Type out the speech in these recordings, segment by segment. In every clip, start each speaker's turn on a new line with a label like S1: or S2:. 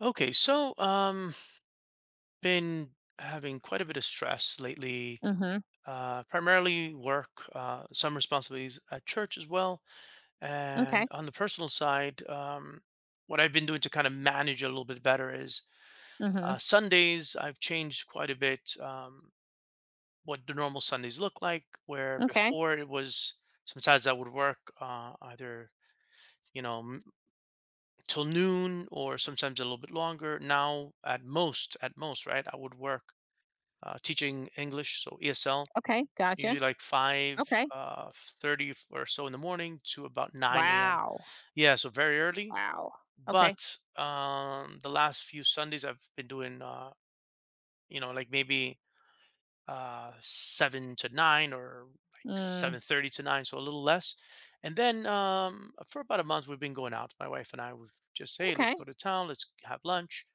S1: Okay, so been having quite a bit of stress lately.
S2: Mhm.
S1: Primarily work, some responsibilities at church as well, and
S2: Okay.
S1: on the personal side, what I've been doing to kind of manage a little bit better is
S2: Mhm.
S1: Sundays. I've changed quite a bit, what the normal Sundays look like. Where
S2: Okay.
S1: before it was sometimes I would work, either you know m- till noon or sometimes a little bit longer. Now at most, right, I would work, teaching English, so ESL,
S2: Okay. Gotcha.
S1: usually like 5,
S2: Okay.
S1: 30 or so in the morning to about 9 a.m.
S2: Wow.
S1: Yeah, so very early.
S2: Wow. Okay.
S1: But the last few Sundays, I've been doing, like maybe, 7 to 9 or like
S2: Mm.
S1: 7:30 to 9, so a little less. And then, for about a month, we've been going out. My wife and I, we've just, hey, let's
S2: Okay.
S1: go to town, let's have lunch.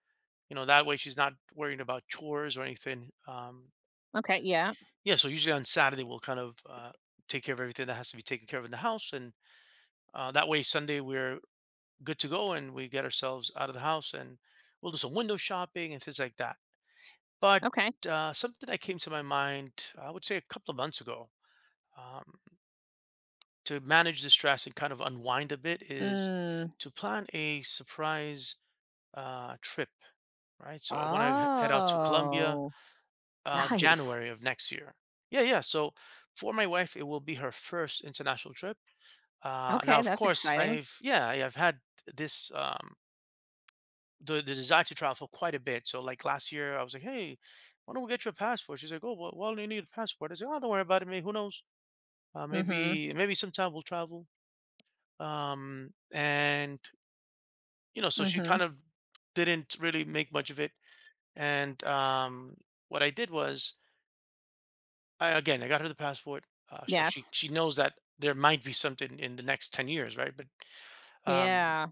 S1: That way she's not worrying about chores or anything.
S2: Okay. Yeah.
S1: Yeah, so usually on Saturday we'll kind of, take care of everything that has to be taken care of in the house, and that way Sunday we're good to go, and we get ourselves out of the house, and we'll do some window shopping and things like that. But
S2: Okay.
S1: something that came to my mind, I would say a couple of months ago, um, to manage the stress and kind of unwind a bit is
S2: Mm.
S1: to plan a surprise trip, right? So I want to head out to Colombia
S2: Oh, nice.
S1: January of next year. Yeah, yeah. So for my wife, it will be her first international trip. Now,
S2: Okay.
S1: of
S2: That's
S1: course,
S2: exciting.
S1: I've had this the desire to travel quite a bit. So like last year, I was like, hey, why don't we get you a passport? She's like, oh, well, why do you need a passport? I said, oh, don't worry about it. Maybe who knows? Uh,
S2: Mhm.
S1: maybe maybe sometime we'll travel. And so she kind
S2: Mhm.
S1: of didn't really make much of it. And what I did was, I got her the passport. So she
S2: Yes.
S1: she knows that there might be something in the next 10 years, right? Um,
S2: Yeah.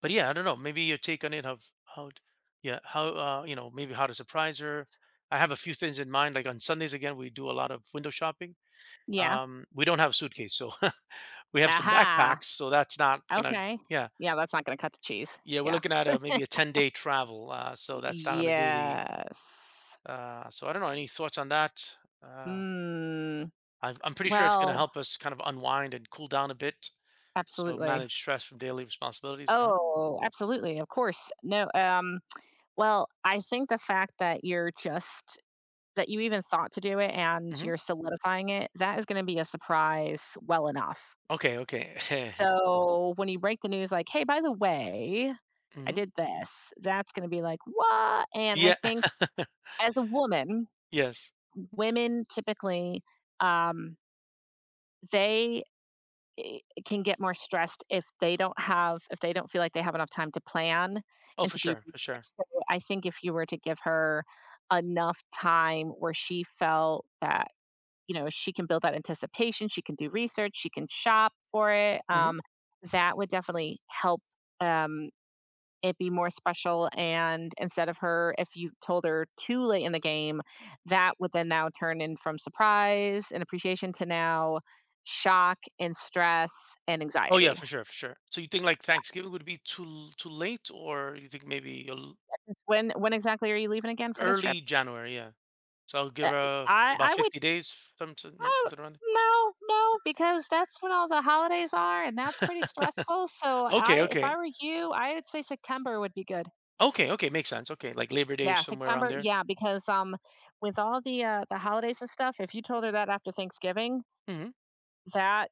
S1: but yeah, I don't know. Maybe your take on it of how, yeah, how, maybe how to surprise her. I have a few things in mind. Like on Sundays again, we do a lot of window shopping.
S2: Yeah.
S1: We don't have a suitcase, so we have some
S2: Aha.
S1: backpacks. So that's not gonna,
S2: Okay.
S1: yeah,
S2: Yeah. That's not going to cut the cheese.
S1: yeah. We're
S2: Yeah.
S1: looking at a maybe a 10 day travel. So that's not gonna do the.
S2: Yes.
S1: So I don't know. Any thoughts on that? Uh,
S2: Mm.
S1: I'm pretty sure it's gonna
S2: Well,
S1: help us kind of unwind and cool down a bit. So
S2: absolutely.
S1: manage stress from daily responsibilities. Huh?
S2: Oh, absolutely. Of course. No. Well, I think the fact that you're just that you even thought to do it and
S1: Hmm.
S2: you're solidifying it, that is gonna be a surprise well enough.
S1: Okay. Okay.
S2: So, when you break the news like, "Hey, by the way, I
S1: Hmm.
S2: did this," that's gonna be like, "What?" And I
S1: Yeah.
S2: think as a woman,
S1: Yes.
S2: women typically, um, they eh, can get more stressed if they don't have if they don't feel like they have enough time to plan
S1: Oh,
S2: and to
S1: for
S2: do
S1: sure, for sure.
S2: research. So I think if you were to give her enough time where she felt that, she can build that anticipation, she can do research, she can shop for it,
S1: Hmm.
S2: that would definitely help um it be more special, and instead of her, if you told her too late in the game, that would then now turn in from surprise and appreciation to now shock and stress and
S1: Oh yeah,
S2: anxiety.
S1: for sure, for sure. So you think like Thanksgiving would be too late, or you think maybe
S2: When exactly are you leaving again for this trip?
S1: early January? Yeah. So I'll
S2: Uh,
S1: give her
S2: i
S1: about
S2: i would
S1: 50 days,
S2: I,
S1: something around there.
S2: no, no, because that's when all the holidays are, and that's pretty stressful. So
S1: Okay,
S2: I if I
S1: okay,
S2: were you, I would say September would be good.
S1: okay, okay. Makes sense. Okay, like Labor Day or
S2: Yeah,
S1: somewhere around
S2: September.
S1: there.
S2: Yeah, because with all the the holidays and stuff, if you told her that after Thanksgiving,
S1: Hmm.
S2: that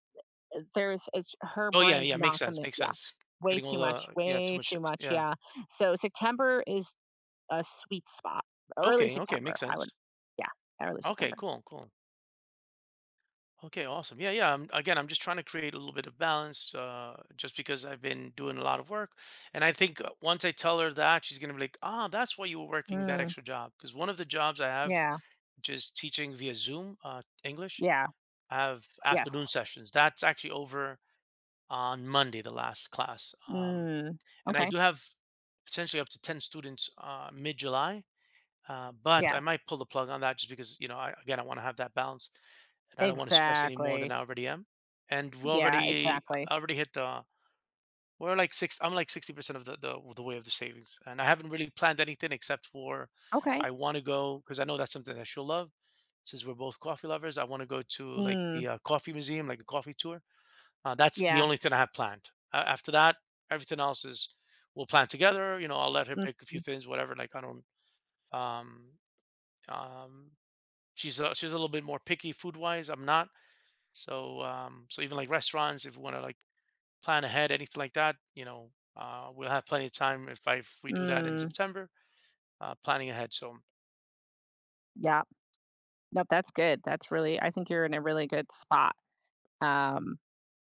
S2: there's it's her
S1: Oh yeah,
S2: brain's
S1: yeah. Makes
S2: not
S1: sense.
S2: gonna,
S1: Makes
S2: yeah.
S1: sense. Getting all the, yeah, too
S2: Way
S1: much.
S2: too much,
S1: Yeah.
S2: yeah. So September is a sweet spot. Early
S1: Okay, okay.
S2: September,
S1: Makes
S2: I would,
S1: sense.
S2: yeah, early
S1: Okay,
S2: September.
S1: cool, cool. Okay, awesome. Yeah, yeah. I'm just trying to create a little bit of balance, just because I've been doing a lot of work, and I think, once I tell her that, she's gonna be like, "Ah, that's why you were working that
S2: Mm,
S1: extra job." Because one of the jobs I have,
S2: yeah,
S1: which is teaching via Zoom, English,
S2: yeah,
S1: I have afternoon
S2: yes.
S1: sessions. That's actually over on Monday, the last class,
S2: Mm,
S1: and I
S2: okay,
S1: do have potentially up to 10 students, mid July. But I
S2: yes.
S1: might pull the plug on that just because I want to have that balance and I don't want to stress any more
S2: Exactly.
S1: than I already am. And we
S2: Yeah,
S1: already
S2: exactly.
S1: I already hit the we're like six I'm like 60% of the way of the savings. And I haven't really planned anything except for
S2: Okay.
S1: I want to go because I know that's something that she'll love. Since we're both coffee lovers, I want to go to like
S2: Mm,
S1: the, coffee museum, like a coffee tour. That's the
S2: yeah.
S1: only thing I have planned. After that, everything else is we'll plan together. I'll let her
S2: Mm,
S1: pick a few things, whatever. Like I don't. Um, um, she's a little bit more picky food wise. I'm not. So even like restaurants, if we want to like plan ahead, anything like that, we'll have plenty of time if we do that in
S2: mm,
S1: September, planning ahead. So
S2: yeah. Nope, that's good. That's really I think you're in a really good spot. Um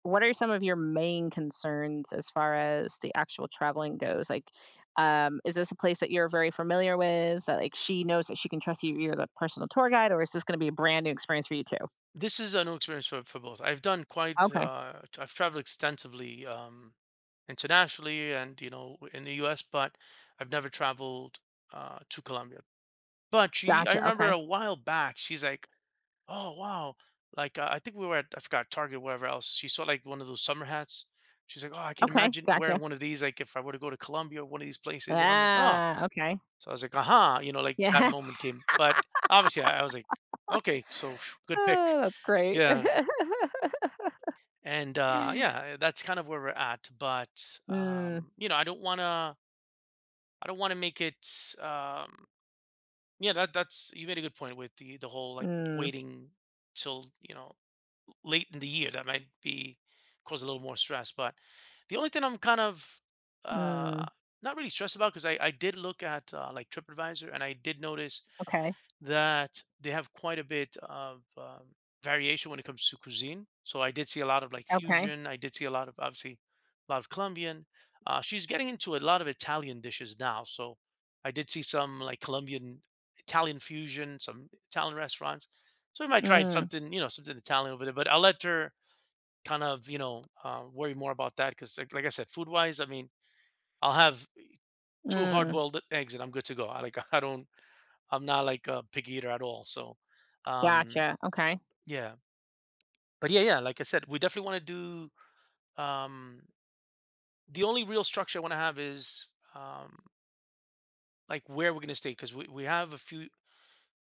S2: What are some of your main concerns as far as the actual traveling goes? Like, is this a place that you're very familiar with? That like she knows that she can trust you, you're the personal tour guide, or is this going to be a brand new experience for you too?
S1: this is a new experience for both. I've done quite.
S2: Okay,
S1: I've traveled extensively, internationally and in the U.S., but I've never traveled to Colombia. But I
S2: gotcha.
S1: remember
S2: Okay,
S1: a while back, she's like, "Oh wow!" Like, I think we were at, I forgot, Target, wherever else. She saw like one of those summer hats. She's like, "Oh, I can
S2: okay,
S1: imagine
S2: gotcha.
S1: wearing one of these. Like if I were to go to Colombia or one of these places." And I'm like, "Ah."
S2: Ah, okay,
S1: So I was like, "Aha!" Like that
S2: yeah,
S1: moment came. But obviously, I was like, "Okay, so phew, good pick."
S2: oh, that's great.
S1: Yeah, and yeah, that's kind of where we're at. But
S2: Mm,
S1: I don't want to. I don't want to make it. Yeah, that that's you made a good point with the whole like
S2: mm,
S1: waiting till late in the year, that might be cause a little more stress. But the only thing I'm kind of, uh,
S2: mm.
S1: not really stressed about because I did look at, like TripAdvisor and I did notice
S2: Okay,
S1: that they have quite a bit of, variation when it comes to cuisine. So I did see a lot of like
S2: okay.
S1: fusion. I did see a lot of, obviously, a lot of Colombian. She's getting into a lot of Italian dishes now. So I did see some like Colombian Italian fusion, some Italian restaurants. So we might try
S2: Mm,
S1: something, something Italian over there. But I'll let her kind of, worry more about that because, like I said, food wise, I mean, I'll have two hard
S2: mm.
S1: boiled eggs and I'm good to go. I like, I'm not like a picky eater at all. So, um,
S2: Gotcha. Okay.
S1: yeah, but yeah, yeah. Like I said, we definitely want to do. The only real structure I want to have is, like where we're gonna stay because we have a few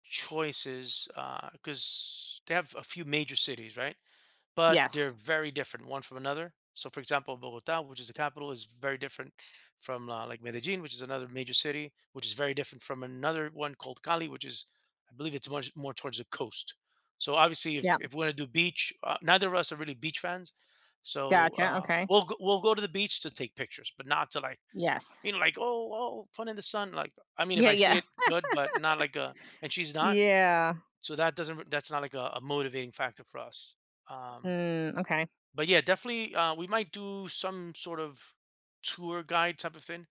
S1: choices because they have a few major cities, right? But they're
S2: Yes.
S1: very different one from another. So, for example, Bogota, which is the capital, is very different from, like Medellin, which is another major city, which is very different from another one called Cali, which is, I believe, it's much more towards the coast. So, obviously, if,
S2: Yep.
S1: if we want to do beach, neither of us are really beach fans. So,
S2: Gotcha. Okay.
S1: we'll go to the beach to take pictures, but not to like,
S2: Yes.
S1: like, oh fun in the sun. Like, I mean, if
S2: Yeah.
S1: I see
S2: Yeah.
S1: it, good, but not like a. And she's not,
S2: Yeah.
S1: so that's not like a motivating factor for us. Um,
S2: Mm, okay.
S1: but yeah, definitely, we might do some sort of tour guide type of thing.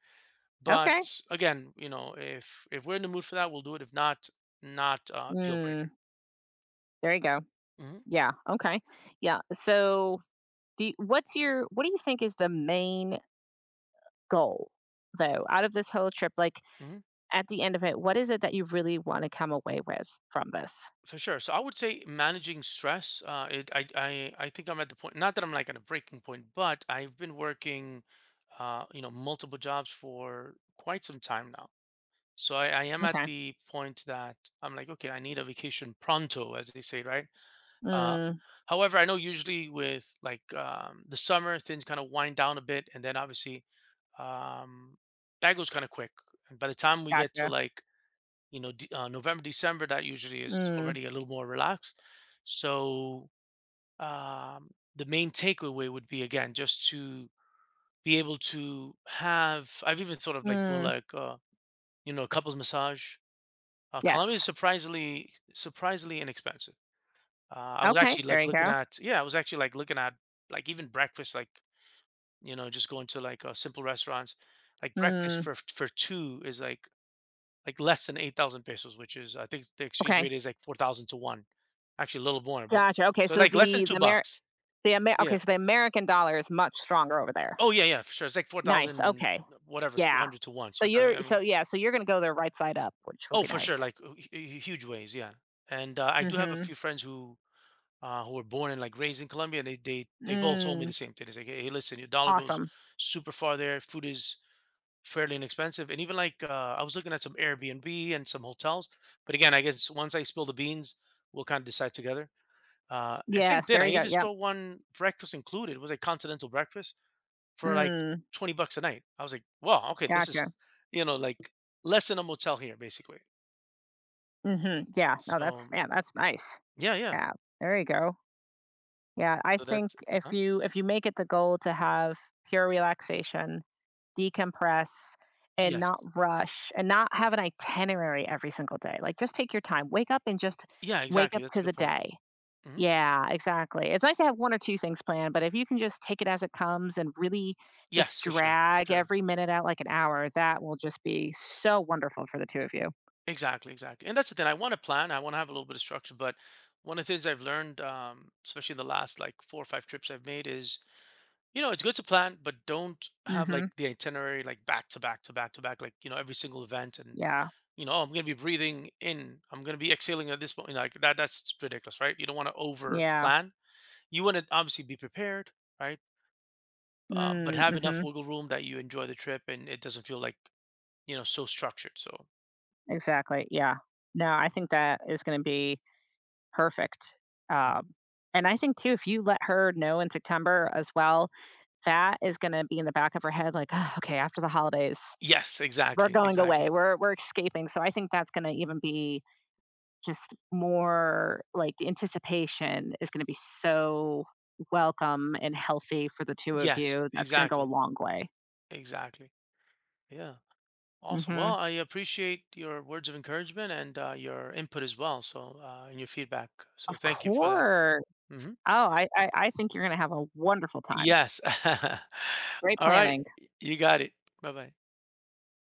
S2: Okay.
S1: But again, if we're in the mood for that, we'll do it. If not, not, deal
S2: Mm,
S1: breaker.
S2: there you go.
S1: Hmm.
S2: Yeah. Okay. Yeah. So, what do you think is the main goal though out of this whole trip? Like
S1: Hmm.
S2: at the end of it, what is it that you really want to come away with from this?
S1: For sure. So I would say managing stress. It, I think I'm at the point. Not that I'm like at a breaking point, but I've been working, multiple jobs for quite some time now. So I am at
S2: Okay.
S1: the point that I'm like, okay, I need a vacation pronto, as they say, right? Uh,
S2: Mm,
S1: However, I know usually with like, the summer, things kind of wind down a bit, and then obviously, um, that goes kind of quick. And by the time we get to
S2: gotcha.
S1: like, November, December, that usually is
S2: Mm,
S1: already a little more relaxed. So, um, the main takeaway would be again just to be able to have. I've even thought of like doing
S2: mm,
S1: like, a couples massage. Colombia is
S2: yes.
S1: surprisingly inexpensive.
S2: Okay. There you go.
S1: I was actually like looking at like even breakfast, like, just going to like, simple restaurants. Like breakfast
S2: Mm,
S1: for two is like less than 8,000 pesos, which is I think the exchange
S2: okay.
S1: rate is like 4,000 to one, actually a little more, but
S2: Gotcha. Okay.
S1: so
S2: So
S1: like less than two bucks.
S2: Okay.
S1: Yeah.
S2: So the American dollar is much stronger over there.
S1: Oh yeah, yeah, for sure. It's like four
S2: Nice,
S1: thousand
S2: okay.
S1: whatever, two
S2: Yeah.
S1: hundred to one.
S2: So
S1: So it's,
S2: you're
S1: I
S2: so
S1: mean,
S2: yeah, so you're gonna go there right side up, which will
S1: oh
S2: be
S1: for
S2: nice.
S1: sure, like, huge ways, yeah. And I do have a
S2: Mm.
S1: few friends who were born and like raised in Colombia, and they they
S2: Mhm.
S1: they've all told me the
S2: Mm,
S1: same thing. It's like, hey, hey, listen, your dollar goes
S2: awesome.
S1: super far there. Food is fairly inexpensive, and even like, I was looking at some Airbnb and some hotels. But again, I guess once I spill the beans, we'll kind of decide together. And same
S2: Yes,
S1: thing.
S2: there
S1: I
S2: you go,
S1: even
S2: yep.
S1: saw one breakfast included. It was a continental breakfast for like
S2: Mm,
S1: $20 a night. I was like, wow, okay, this is,
S2: gotcha.
S1: like, less than a motel here, basically.
S2: Mm. Mhm, yeah, no,
S1: So
S2: that's nice.
S1: yeah, yeah.
S2: Yeah, there you go. Yeah, I
S1: So
S2: think
S1: that's.
S2: if
S1: Huh?
S2: you make it the goal to have pure relaxation, decompress, and
S1: Yes,
S2: not rush, and not have an itinerary every single day, like, just take your time, wake up and just
S1: yeah,
S2: wake
S1: exactly.
S2: up
S1: That's a
S2: to the
S1: good point.
S2: day.
S1: Mm-hmm.
S2: Yeah, exactly. It's nice to have one or two things planned, but if you can just take it as it comes and really just
S1: Yes, for sure, for
S2: drag
S1: sure.
S2: every minute out like an hour, that will just be so wonderful for the two of you.
S1: Exactly, exactly. And that's the thing. I want to plan. I want to have a little bit of structure. But one of the things I've learned, especially the last like four or five trips I've made, is, it's good to plan, but don't have like
S2: Mhm.
S1: the itinerary like back to back to back to back, like, every single event and,
S2: Yeah.
S1: oh, I'm gonna be breathing in, I'm gonna be exhaling at this point. Like that, that's ridiculous, right? You don't want to over
S2: Yeah.
S1: plan. You want to obviously be prepared, right? But
S2: Mm,
S1: have enough
S2: mhm.
S1: wiggle room that you enjoy the trip and it doesn't feel like, so structured. So.
S2: Exactly, yeah. No, I think that is gonna be perfect. Um, and I think too, if you let her know in September as well, that is gonna be in the back of her head like, oh, "Okay, after the holidays,
S1: Yes,
S2: we're
S1: exactly,
S2: going away.
S1: exactly.
S2: We're escaping." So I think that's gonna even be just more like the anticipation is going to be so welcome and healthy for the two of
S1: Yes,
S2: you. That's going to go a
S1: exactly,
S2: long way.
S1: exactly. Yeah. Awesome. Well,
S2: Hmm.
S1: I appreciate your words of encouragement and, your input as well. So, and your feedback. So,
S2: Of
S1: thank you for that.
S2: course.
S1: Hmm.
S2: Oh, I think you're going to have a wonderful time.
S1: Yes.
S2: Great
S1: All right.
S2: planning.
S1: You got it. Bye bye.